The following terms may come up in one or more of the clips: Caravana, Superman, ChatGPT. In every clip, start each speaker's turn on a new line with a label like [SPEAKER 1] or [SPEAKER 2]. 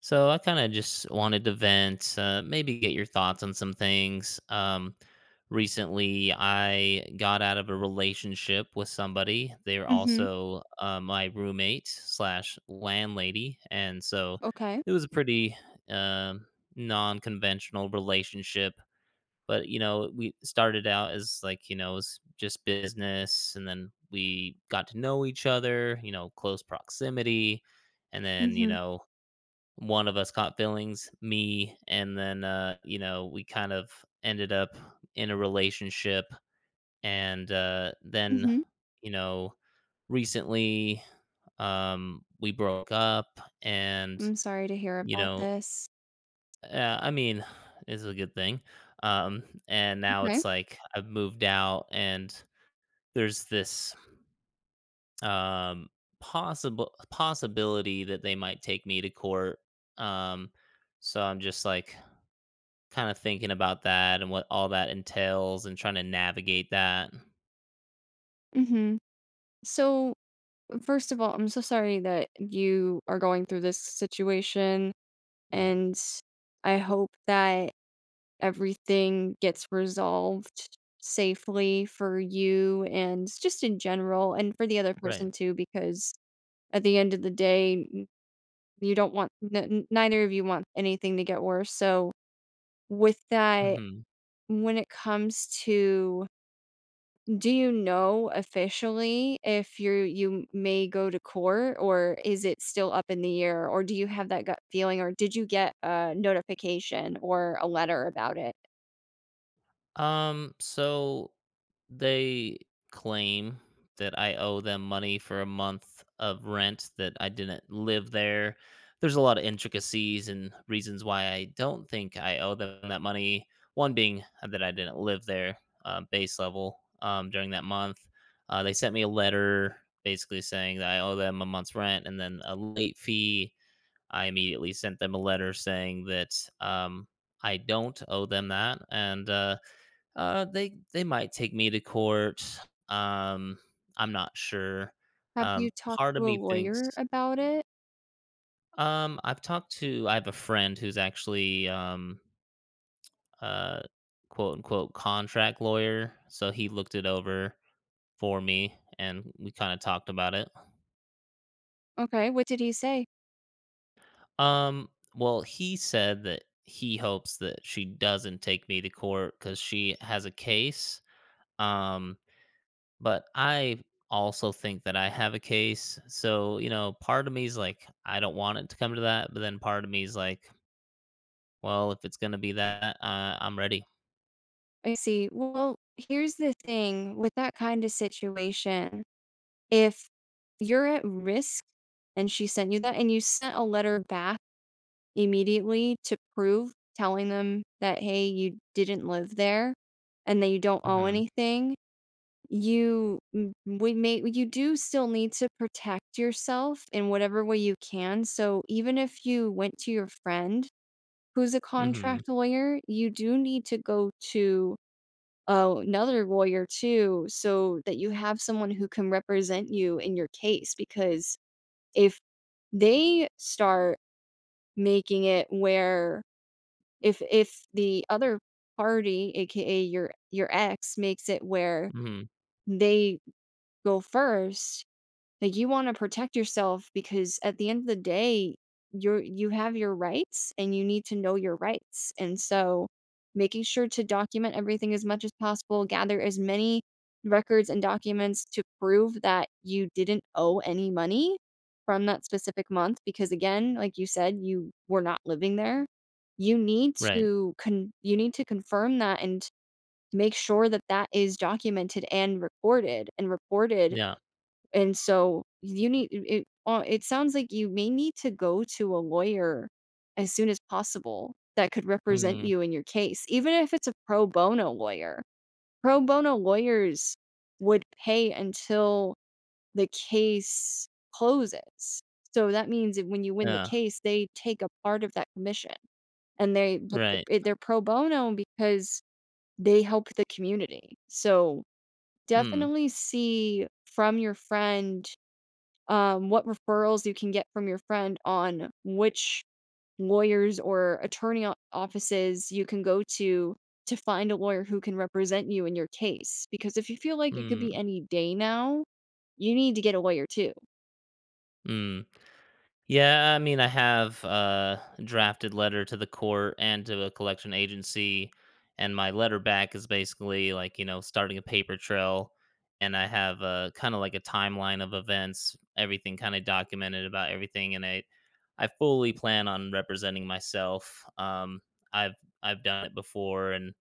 [SPEAKER 1] So I kind of just wanted to vent, maybe get your thoughts on some things. Recently, I got out of a relationship with somebody. They are
[SPEAKER 2] Mhm.
[SPEAKER 1] also my roommate slash landlady, and so
[SPEAKER 2] Okay.
[SPEAKER 1] it was a pretty uh, non-conventional relationship. But you know, we started out as like you know, it was just business, and then we got to know each other. You know, close proximity, and then you
[SPEAKER 2] Mhm.
[SPEAKER 1] know one of us caught feelings, me, and then you know, we kind of ended up in a relationship and then,
[SPEAKER 2] Mhm.
[SPEAKER 1] you know, recently we broke up and
[SPEAKER 2] I'm sorry to hear
[SPEAKER 1] you
[SPEAKER 2] about
[SPEAKER 1] know,
[SPEAKER 2] this.
[SPEAKER 1] I mean, it's a good thing. And now
[SPEAKER 2] Okay.
[SPEAKER 1] it's like I've moved out and there's this um possible possibility that they might take me to court. Um so I'm just like kinda thinking about that and what all that entails and trying to navigate that.
[SPEAKER 2] Mhm. So, first of all, I'm so sorry that you are going through this situation,
[SPEAKER 1] Hmm,
[SPEAKER 2] and I hope that everything gets resolved safely for you and just in general and for the other
[SPEAKER 1] right.
[SPEAKER 2] person too, because at the end of the day you don't want neither of you want anything to get worse. So, with that,
[SPEAKER 1] Mhm.
[SPEAKER 2] when it comes to, do you know officially if you may go to court, or is it still up in the air, or do you have that gut feeling, or did you get a notification or a letter about it?
[SPEAKER 1] So they claim that I owe them money for a month of rent that I didn't live there. There's a lot of intricacies and reasons why I don't think I owe them that money. One being that I didn't live there, base level, during that month. They sent me a letter basically saying that I owe them a month's rent and then a late fee. I immediately sent them a letter saying that um, I don't owe them that, and they might take me to court. Um, I'm not sure.
[SPEAKER 2] Have you
[SPEAKER 1] Um,
[SPEAKER 2] talked
[SPEAKER 1] part of
[SPEAKER 2] to a
[SPEAKER 1] me thinks
[SPEAKER 2] lawyer about it?
[SPEAKER 1] I've talked to I have a friend who's actually uh, quote unquote contract lawyer, so he looked it over for me, and we kind of talked about it.
[SPEAKER 2] Okay, what did he say?
[SPEAKER 1] Um, well, he said that he hopes that she doesn't take me to court because she has a case. Um, but I also think that I have a case. So, you know, part of me is like, I don't want it to come to that. But then part of me is like, well, if it's going to be that, I'm ready.
[SPEAKER 2] I see. Well, here's the thing with that kind of situation. If you're at risk and she sent you that and you sent a letter back immediately to prove telling them that, "Hey, you didn't live there and that you don't
[SPEAKER 1] Mm
[SPEAKER 2] owe
[SPEAKER 1] hmm.
[SPEAKER 2] anything," you m we may you do still need to protect yourself in whatever way you can, so even if you went to your friend who's a
[SPEAKER 1] Mm hmm.
[SPEAKER 2] contract lawyer, you do need to go to a another lawyer too, so that you have someone who can represent you in your case because if they start making it where if the other party, AKA your ex, makes it where
[SPEAKER 1] Mm hmm.
[SPEAKER 2] they go first, like, you wanna protect yourself because at the end of the day, you have your rights, and you need to know your rights, and so, making sure to document everything as much as possible, gather as many records and documents to prove that you didn't owe any money from that specific month because, again, like you said, you were not living there.
[SPEAKER 1] Right.
[SPEAKER 2] You need to confirm that and make sure that that is documented and recorded and reported,
[SPEAKER 1] Yeah.
[SPEAKER 2] and so you need it sounds like you may need to go to a lawyer as soon as possible that could represent
[SPEAKER 1] Mm,
[SPEAKER 2] you in your case, even if it's a pro bono lawyer. Pro bono lawyers would pay until the case closes. So that means that when you win the
[SPEAKER 1] yeah.
[SPEAKER 2] case, they take a part of that commission, and they but
[SPEAKER 1] Right.
[SPEAKER 2] it, they're pro bono because they help the community. So
[SPEAKER 1] Mm,
[SPEAKER 2] definitely see from your friend what referrals you can get from your friend on which lawyers or attorney offices you can go to find a lawyer who can represent you in your case. Because if you feel like it could
[SPEAKER 1] mm,
[SPEAKER 2] be any day now, you need to get a lawyer too.
[SPEAKER 1] mm. Yeah, I mean, I have a drafted letter to the court and to a collection agency, and my letter back is basically like, you know, starting a paper trail. And I have a kind of like a timeline of events, everything kind of documented about everything. I fully plan on representing myself. I've I've done it before and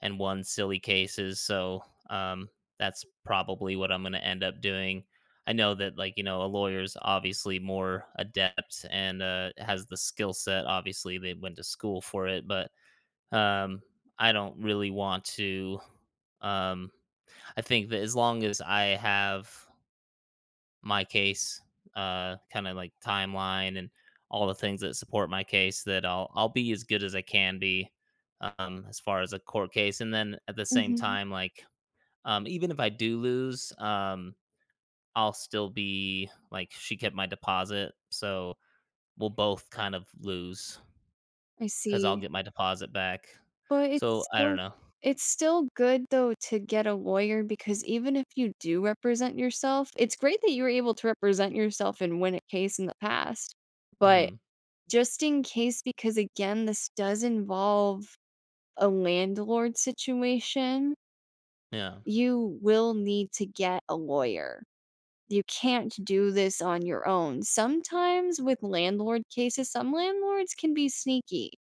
[SPEAKER 1] won silly cases, so um, that's probably what I'm going to end up doing. I know that like you know a lawyer's obviously more adept and has the skill set. Obviously, they went to school for it, but um, I don't really want to. Um, I think that as long as I have my case, kind of like timeline and all the things that support my case, that I'll be as good as I can be as far as a court case. And then at the same
[SPEAKER 2] Hmm.
[SPEAKER 1] time, like even if I do lose, I'll still be like, she kept my deposit, so we'll both kind of lose
[SPEAKER 2] I
[SPEAKER 1] because I'll
[SPEAKER 2] see.
[SPEAKER 1] get my deposit back.
[SPEAKER 2] But
[SPEAKER 1] So I don't know.
[SPEAKER 2] it's still good though to get a lawyer, because even if you do represent yourself, it's great that you were able to represent yourself and win a case in the past. But
[SPEAKER 1] Hmm.
[SPEAKER 2] just in case, because again, this does involve a landlord situation,
[SPEAKER 1] Yeah.
[SPEAKER 2] you will need to get a lawyer. You can't do this on your own. Sometimes with landlord cases, some landlords can be sneaky.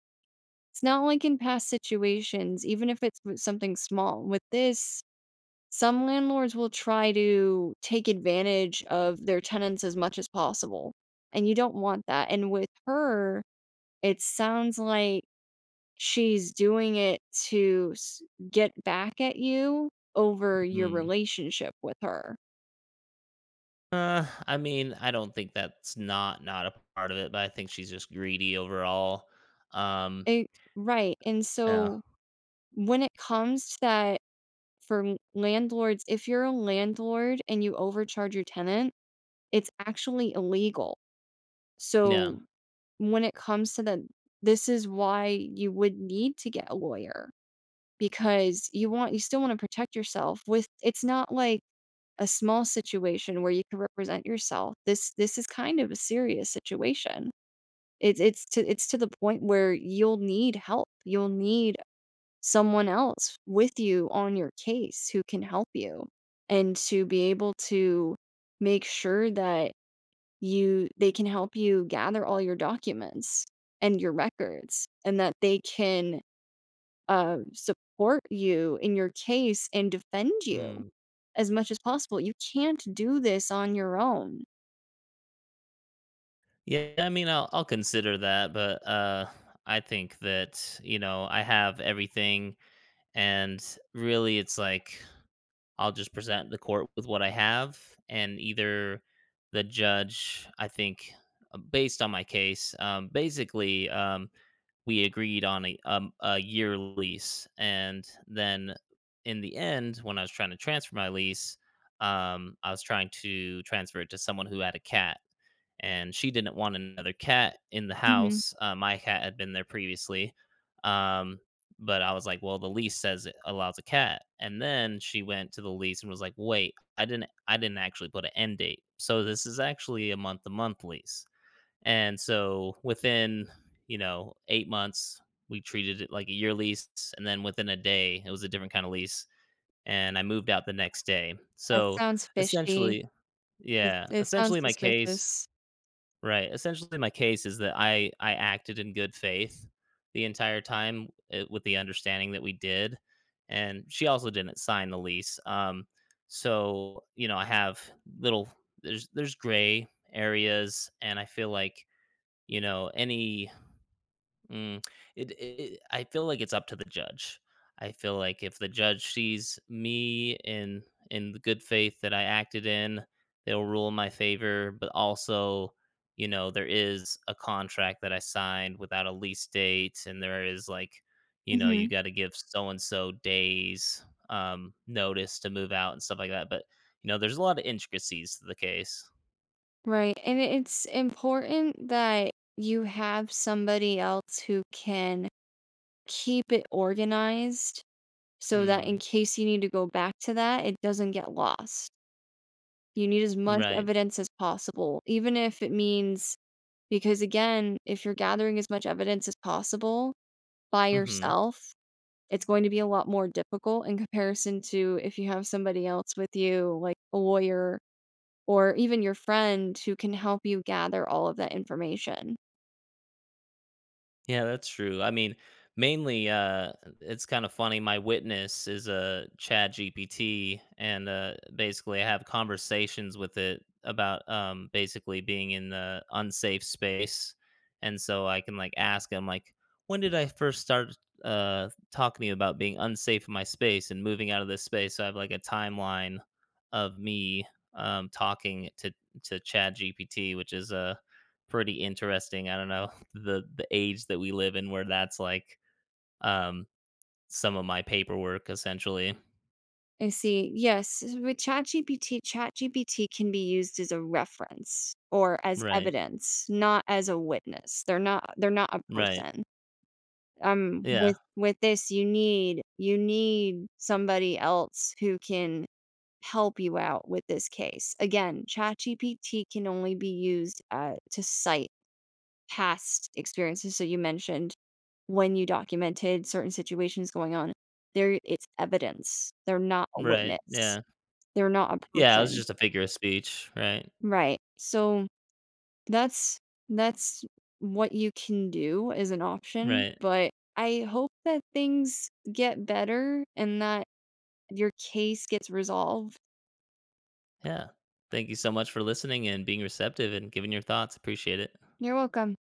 [SPEAKER 2] It's not like in past situations, even if it's with something small. With this, some landlords will try to take advantage of their tenants as much as possible, and you don't want that. And with her, it sounds like she's doing it to s get back at you over your
[SPEAKER 1] Mm.
[SPEAKER 2] relationship with her.
[SPEAKER 1] I mean, I don't think that's not not a part of it, but I think she's just greedy overall. Um,
[SPEAKER 2] It Right, and
[SPEAKER 1] yeah,
[SPEAKER 2] so when it comes to that for l landlords, if you're a landlord and you overcharge your tenant, it's actually illegal.
[SPEAKER 1] yeah,
[SPEAKER 2] So when it comes to that, this is why you would need to get a lawyer, because you still wanna protect yourself with, it's not like a small situation where you can represent yourself. This is kind of a serious situation. It's to the point where you'll need help. You'll need someone else with you on your case who can help you and to be able to make sure that you they can help you gather all your documents and your records and that they can support you in your case and defend you
[SPEAKER 1] mm,
[SPEAKER 2] as much as possible. You can't do this on your own.
[SPEAKER 1] yeah. I mean, I'll consider that, but I think that you know I have everything, and really, it's like I'll just present the court with what I have, and either the judge, I think, based on my case, basically, we agreed on a year lease, and then in the end, when I was trying to transfer my lease, I was trying to transfer it to someone who had a cat, and she didn't want another cat in the
[SPEAKER 2] Mhm.
[SPEAKER 1] house. My cat had been there previously, um, but I was like, "Well, the lease says it allows a cat." And then she went to the lease and was like, "Wait, I didn't actually put an end date. So this is actually a month-to-month lease." And so within, you know, 8 months, we treated it like a year lease, and then within a day, it was a different kind of lease, and I moved out the next day.
[SPEAKER 2] That
[SPEAKER 1] So
[SPEAKER 2] sounds fishy.
[SPEAKER 1] essentially yeah,
[SPEAKER 2] It sounds
[SPEAKER 1] essentially my case
[SPEAKER 2] suspicious.
[SPEAKER 1] right. Essentially, my case is that I acted in good faith the entire time eh, with the understanding that we did, and she also didn't sign the lease. So you know, I have little there's gray areas, and I feel like you know any mm, it I feel like it's up to the judge. I feel like if the judge sees me in the good faith that I acted in, they'll rule in my favor, but also, you know, there is a contract that I signed without a lease date and there is like, you know,
[SPEAKER 2] Hmm.
[SPEAKER 1] you got to give so and so days notice to move out and stuff like that, but you know, there's a lot of intricacies to the case.
[SPEAKER 2] Right. And it's important that you have somebody else who can keep it organized, so that in
[SPEAKER 1] Mm,
[SPEAKER 2] case you need to go back to that, it doesn't get lost. You need as much
[SPEAKER 1] right.
[SPEAKER 2] evidence as possible, even if it means, because again, if you're gathering as much evidence as possible by
[SPEAKER 1] Mhm.
[SPEAKER 2] yourself, it's going to be a lot more difficult in comparison to if you have somebody else with you, like a lawyer or even your friend who can help you gather all of that information.
[SPEAKER 1] Yeah, that's true. I mean, mainly, it's kind of funny. My witness is a Chat GPT, and basically, I have conversations with it about basically being in the unsafe space, and so I can like ask him like, when did I first start talking to you about being unsafe in my space and moving out of this space? So I have like a timeline of me talking to Chat GPT, which is a pretty interesting. I don't know the age that we live in where that's like um some of my paperwork essentially.
[SPEAKER 2] And see, yes, with ChatGPT, ChatGPT can be used as a reference or as
[SPEAKER 1] Right.
[SPEAKER 2] evidence, not as a witness. They're not a
[SPEAKER 1] Right.
[SPEAKER 2] person.
[SPEAKER 1] Yeah.
[SPEAKER 2] With this you need somebody else who can help you out with this case. Again, ChatGPT can only be used to cite past experiences. So you mentioned when you documented certain situations going on, there it's evidence. They're not a
[SPEAKER 1] Right.
[SPEAKER 2] witness.
[SPEAKER 1] Yeah.
[SPEAKER 2] They're not a
[SPEAKER 1] Yeah, it was
[SPEAKER 2] person.
[SPEAKER 1] just a figure of speech. Right.
[SPEAKER 2] Right. So that's that's what you can do as an option,
[SPEAKER 1] Right.
[SPEAKER 2] but I hope that things get better and that your case gets resolved.
[SPEAKER 1] Yeah. Thank you so much for listening and being receptive and giving your thoughts. Appreciate it.
[SPEAKER 2] You're welcome.